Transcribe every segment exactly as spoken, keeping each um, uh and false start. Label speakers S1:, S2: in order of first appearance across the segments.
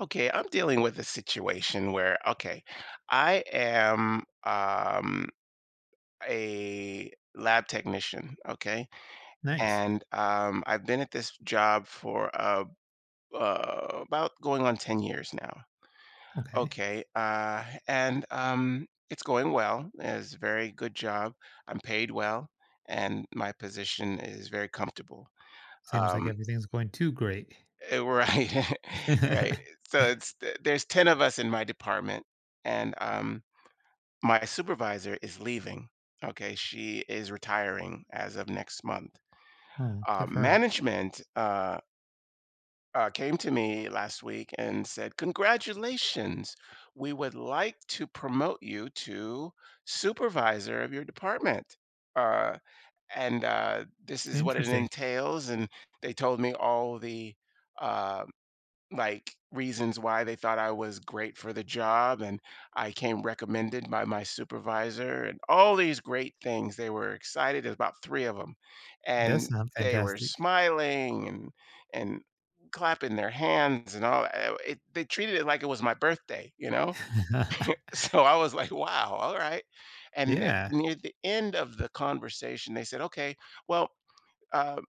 S1: Okay, I'm dealing with a situation where, okay, I am um, a lab technician, okay,
S2: Nice.
S1: and um, I've been at this job for uh, uh, about going on ten years now.
S2: Okay.
S1: Okay, uh, and um, it's going well. It's a very good job. I'm paid well, and my position is very comfortable.
S2: Seems like
S1: Um,
S2: everything's going too great.
S1: eh, right, right. So it's th- there's ten of us in my department, and um, My supervisor is leaving, okay? She is retiring as of next month.
S2: Oh,
S1: Uh,
S2: good for her.
S1: management uh, uh, came to me last week and said, "Congratulations. We would like to promote you to supervisor of your department. Uh, and uh, This is what it
S2: Interesting.
S1: entails." And they told me all the uh, like reasons why they thought I was great for the job, and I came recommended by my supervisor and all these great things. They were excited. There's about three of them.
S2: It does
S1: And
S2: sound
S1: they were
S2: fantastic.
S1: smiling and and clapping their hands and all that. It, they treated it like it was my birthday, you know? So I was like, "Wow, all right." And at,
S2: Yeah.
S1: near the end of the conversation, they said, "Okay, well, uh,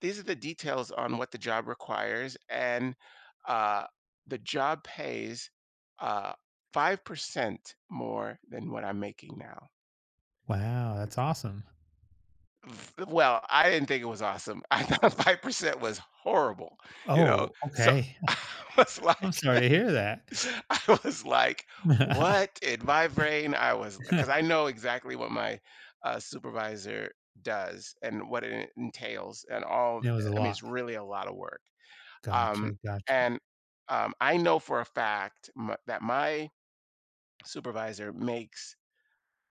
S1: these are the details on what the job requires, and uh, the job pays uh, five percent more than what I'm making now."
S2: Wow, that's awesome.
S1: V- well, I didn't think it was awesome. I thought five percent was horrible, you know
S2: Oh,
S1: so
S2: okay.
S1: I was
S2: I'm
S1: like,
S2: sorry to hear that.
S1: I was like what in my brain I was, because I know exactly what my uh, supervisor does and what it entails and all.
S2: It was a
S1: I mean, it's
S2: lot.
S1: really a lot of work. Um,
S2: Gotcha, gotcha.
S1: and um, I know for a fact m- that my supervisor makes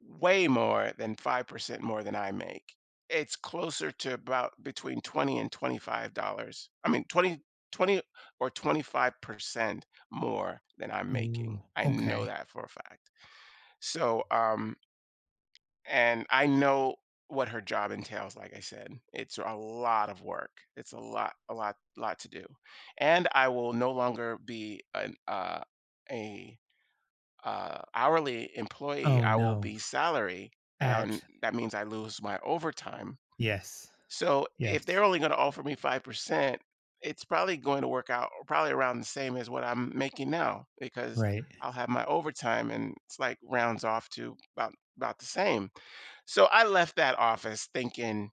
S1: way more than five percent more than I make. It's closer to about between twenty and twenty-five dollars. I mean, twenty, twenty, or twenty-five percent more than I'm making.
S2: Oh,
S1: I know
S2: okay.
S1: that for a fact. So, um, and I know what her job entails. Like I said, it's a lot of work. It's a lot, a lot, lot to do, and I will no longer be an uh, a uh, hourly employee.
S2: Oh,
S1: I will
S2: no.
S1: be salary, and
S2: Ouch.
S1: that means I lose my overtime.
S2: Yes.
S1: So if they're
S2: Yes.
S1: only going to offer me five percent, it's probably going to work out probably around the same as what I'm making now, because
S2: Right.
S1: I'll have my overtime, and it's like rounds off to about about the same. So I left that office thinking,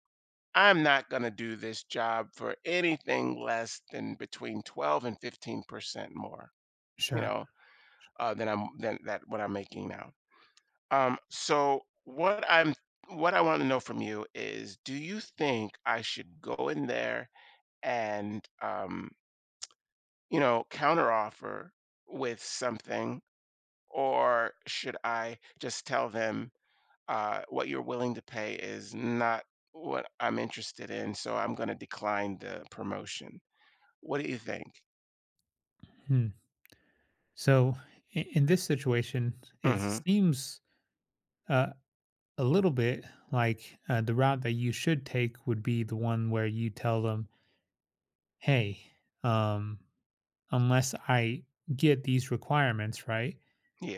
S1: I'm not going to do this job for anything less than between twelve and fifteen percent more, you
S2: Sure.
S1: know, uh, than I'm than that what I'm making now. Um, so what I'm what I want to know from you is, do you think I should go in there and, um, you know, counter offer with something? Or should I just tell them, uh, what you're willing to pay is not what I'm interested in, so I'm going to decline the promotion? What do you think?
S2: Hmm. So i in this situation, it
S1: Hmm.
S2: seems, uh a little bit like uh, the route that you should take would be the one where you tell them, hey, um, unless I get these requirements right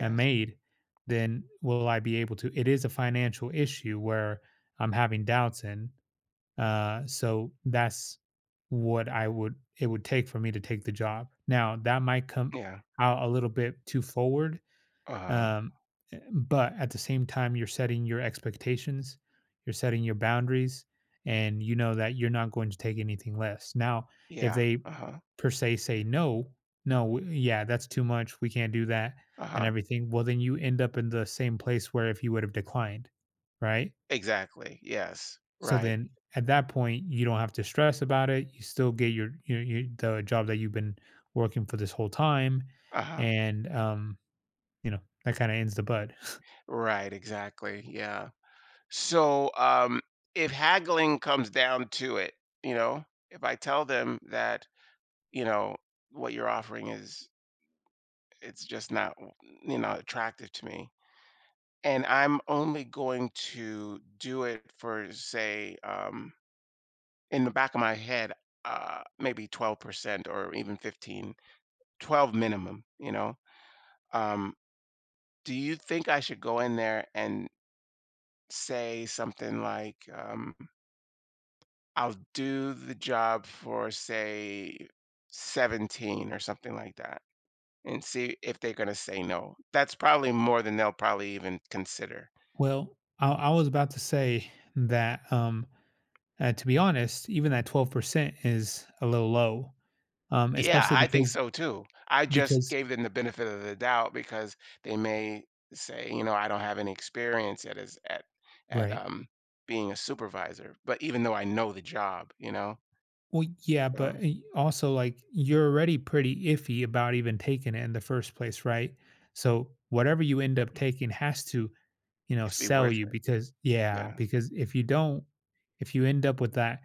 S2: and made, then will I be able to? It is a financial issue where I'm having doubts in. Uh, so that's what I would, it would take for me to take the job. Now, that might come
S1: Yeah.
S2: out a little bit too forward,
S1: Uh-huh.
S2: um, eh, but at the same time, you're setting your expectations, you're setting your boundaries, and you know that you're not going to take anything less. Now, if
S1: Yeah.
S2: they
S1: Uh-huh.
S2: per se say no, no, w- yeah, that's too much. We can't do that and
S1: Uh-huh.
S2: everything. Well, then you end up in the same place where if you would have declined, right?
S1: Exactly. Yes.
S2: So
S1: Right.
S2: then at that point, you don't have to stress about it. You still get your, your, your the job that you've been working for this whole time,
S1: Uh-huh.
S2: and um, you know that kind of ends the bud.
S1: Right. Exactly. Yeah. So, um, if haggling comes down to it, you know, if I tell them that, you know, what you're offering is it's just not, you know, attractive to me, and I'm only going to do it for, say, um, in the back of my head, uh, maybe twelve percent or even fifteen, twelve minimum, you know? Um, do you think I should go in there and say something like, um, I'll do the job for, say, seventeen or something like that, and see if they're going to say no? That's probably more than they'll probably even consider.
S2: Well, I I was about to say that, um, uh, to be honest, even that twelve percent is a little low, um,
S1: Yeah,
S2: especially
S1: I think
S2: because
S1: so too. I just
S2: because
S1: gave them the benefit of the doubt because they may say, you know, I don't have any experience at as at at
S2: Right.
S1: um being a supervisor, but even though I know the job, you know.
S2: Well, yeah,
S1: Right.
S2: but uh,
S1: Um,
S2: y also, like, you're already pretty iffy about even taking it in the first place, right? So, whatever you end up taking has to, you know,
S1: it's be
S2: sell
S1: worth
S2: you
S1: it.
S2: because yeah,
S1: Yeah.
S2: because if you don't if you end up with that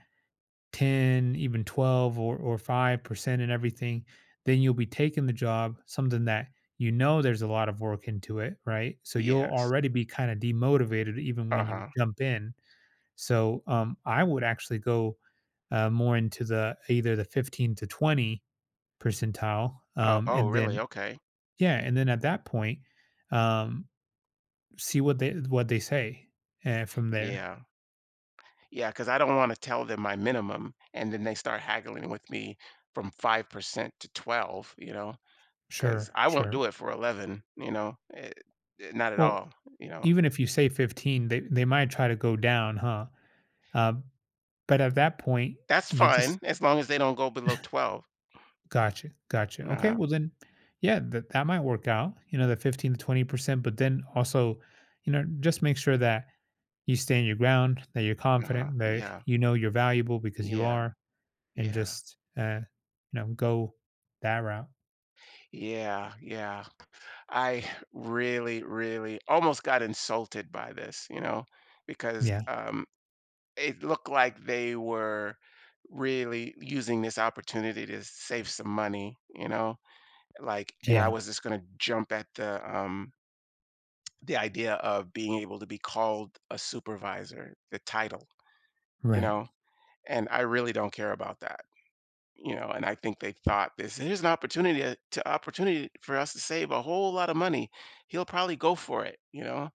S2: ten, even twelve or, or five percent and everything, then you'll be taking the job, something that you know there's a lot of work into it, right? So you'll
S1: Yes.
S2: already be kind of demotivated even
S1: Uh
S2: when you
S1: huh.
S2: jump in. So um, I would actually go uh, more into the either the fifteen to twenty percentile.
S1: Oh,
S2: Um,
S1: oh,
S2: and
S1: really?
S2: then,
S1: Okay.
S2: yeah, and then at that point, um, see what they what they say uh, from there.
S1: Yeah. Yeah, because I don't want to tell them my minimum, and then they start haggling with me from five percent to twelve. You know, because
S2: Sure,
S1: I won't
S2: sure.
S1: do it for eleven. You know, eh, eh, not at
S2: Well,
S1: all. You know.
S2: even if you say fifteen, they they might try to go down, huh? Uh, but at that point,
S1: That's
S2: you just
S1: fine, as long as they don't go below twelve.
S2: gotcha, gotcha. Okay,
S1: Uh-huh,
S2: well then, yeah, that that might work out. You know, the fifteen to twenty percent, but then also, you know, just make sure that you stand your ground, that you're
S1: uh-huh,
S2: confident, that
S1: yeah,
S2: you know you're valuable because you
S1: yeah,
S2: are, and
S1: yeah,
S2: just uh, you know, go that route.
S1: yeah, yeah. I really, really almost got insulted by this, you know, because,
S2: Yeah,
S1: um, it looked like they were really using this opportunity to save some money, you know, like and I
S2: yeah,
S1: was just gonna jump at the, um, the idea of being able to be called a supervisor, the title, you
S2: right.
S1: know, and I really don't care about that. You know, and I think they thought this: here's an opportunity to, to opportunity for us to save a whole lot of money. He'll probably go for it, you know?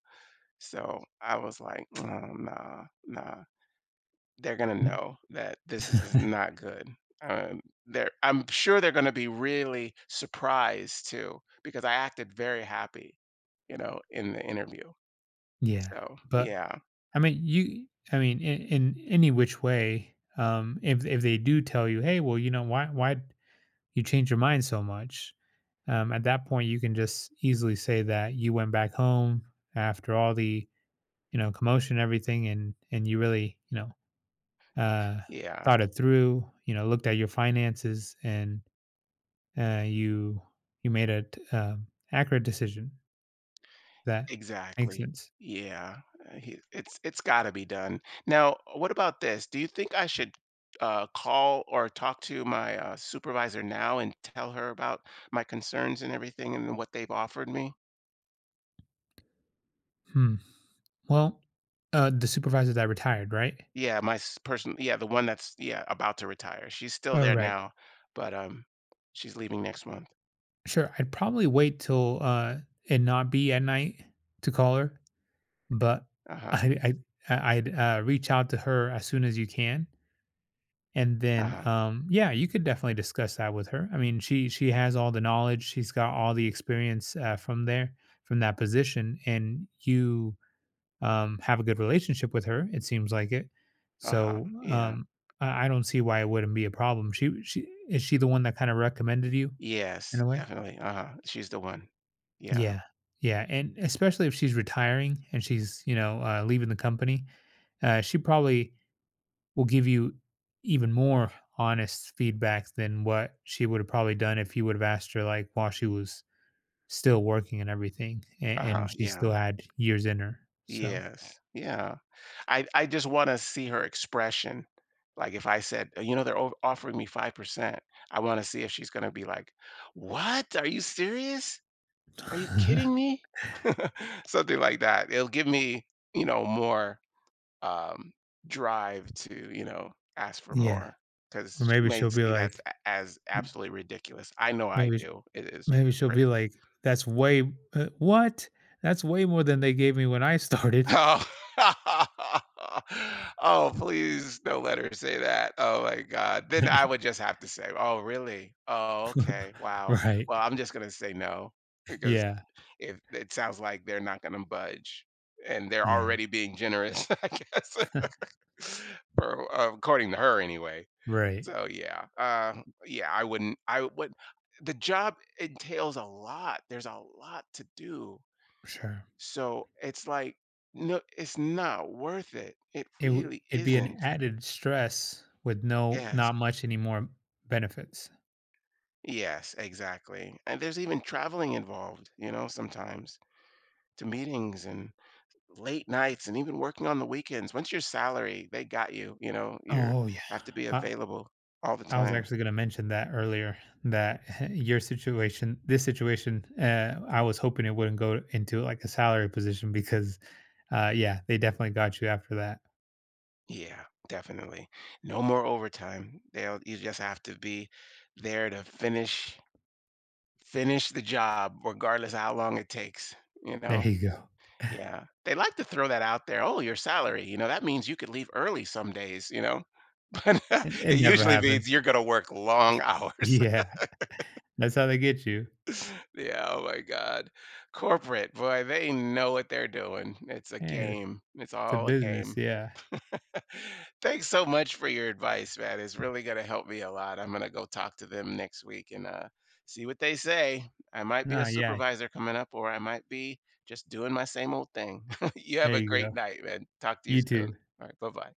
S1: So I was like, oh, nah, nah. They're gonna know that this is not good. Um, they're, I'm sure they're gonna be really surprised too, because I acted very happy, you know, in the interview.
S2: Yeah,
S1: So
S2: but
S1: yeah,
S2: I mean, you. I mean, in, in any which way, um, if if they do tell you, hey, well, you know, why why you change your mind so much? Um, at that point, you can just easily say that you went back home after all the you know commotion, and everything, and and you really you know uh,
S1: yeah.
S2: thought it through. You know, looked at your finances, and uh, you you made a t- um accurate decision that makes
S1: Exactly.
S2: sense.
S1: Yeah, uh, he it's it's gotta be done. Now, what about this? Do you think I should, uh, call or talk to my, uh, supervisor now, and tell her about my concerns and everything, and what they've offered me?
S2: Hmm. Well, uh, the supervisor that retired, right?
S1: Yeah, my s person, yeah, the one that's, yeah, about to retire. She's still
S2: Oh,
S1: there
S2: right.
S1: now, but, um, she's leaving next month.
S2: Sure. I'd probably wait till uh, it not be at night to call her, but
S1: Uh-huh,
S2: I, I, I- I'd uh, reach out to her as soon as you can, and then
S1: uh-huh,
S2: um, yeah, you could definitely discuss that with her. I mean, she she has all the knowledge, she's got all the experience uh, from there from that position, and you um, have a good relationship with her. It seems like it.
S1: uh-huh,
S2: So
S1: yeah.
S2: um, I, I don't see why it wouldn't be a problem. She she is she the one that kind of recommended you in
S1: Yes,
S2: a way?
S1: definitely, uh-huh, she's the one. Yeah,
S2: Yeah, yeah, and especially if she's retiring and she's you know uh, leaving the company, uh, she probably will give you even more honest feedback than what she would have probably done if you would have asked her like while she was still working and everything, and,
S1: uh-huh,
S2: and she
S1: yeah,
S2: still had years in her. So
S1: yes, yeah. I I just wanna see her expression. Like, if I said, "Uh, You know, they're o offering me five percent," I wanna see if she's gonna be like, "What? Are you serious? Are you kidding me?" Something like that. It'll give me, you know, more, um, drive to, you know, ask for
S2: yeah,
S1: more, because
S2: or
S1: she
S2: maybe
S1: may
S2: she'll be
S1: see that
S2: like,
S1: a as absolutely ridiculous. I know I
S2: maybe sh
S1: do. It is
S2: maybe she'll
S1: cra
S2: be like, "That's way uh, what? That's way more than they gave me when I started."
S1: Oh. Oh, please don't let her say that. Oh my god. Then I would just have to say, "Oh, really? Oh, okay. Wow.
S2: Right.
S1: Well, I'm just gonna say no." Because
S2: Yeah.
S1: if it sounds like they're not gonna budge, and they're
S2: Yeah.
S1: already being generous, I guess, for uh, according to her anyway.
S2: Right.
S1: So, yeah, uh, yeah. I wouldn't I would the job entails a lot. There's a lot to do.
S2: Sure.
S1: So it's like, no, it's not worth it. It
S2: It wou
S1: really
S2: it'd be an
S1: isn't.
S2: added stress with no
S1: Yes.
S2: not much anymore benefits.
S1: Yes, exactly. And there's even traveling involved, you know, sometimes, to meetings and late nights and even working on the weekends. Once your salary, they got you, you know, you
S2: Oh, yeah.
S1: have to be
S2: I
S1: available all the
S2: I was
S1: time.
S2: actually gonna mention that earlier, that your situation this situation, uh, I was hoping it wouldn't go into, like, a salary position because, uh, yeah, they definitely got you after that.
S1: Yeah, definitely. No more overtime. They'll You just have to be there to finish finish the job regardless of how long it takes, you
S2: There
S1: know.
S2: you go.
S1: Yeah, they like to throw that out there. "Oh, your salary, you know, that means you could leave early some days," you know? But
S2: It
S1: it
S2: it never
S1: usually
S2: happens.
S1: means you're gonna work long hours.
S2: Yeah, that's how they get you.
S1: Yeah, oh my god. Corporate, boy, they know what they're doing. It's a
S2: Hey,
S1: game. It's
S2: it's a
S1: all a
S2: business,
S1: game.
S2: yeah.
S1: Thanks so much for your advice, man. It's really going to help me a lot. I'm going to go talk to them next week, and uh, see what they say. I might be a
S2: No, yeah,
S1: supervisor coming up, or I might be just doing my same old thing. You have
S2: there
S1: a
S2: you
S1: great
S2: go.
S1: night, man. Talk to you
S2: You
S1: soon.
S2: too.
S1: All right. Bye bye.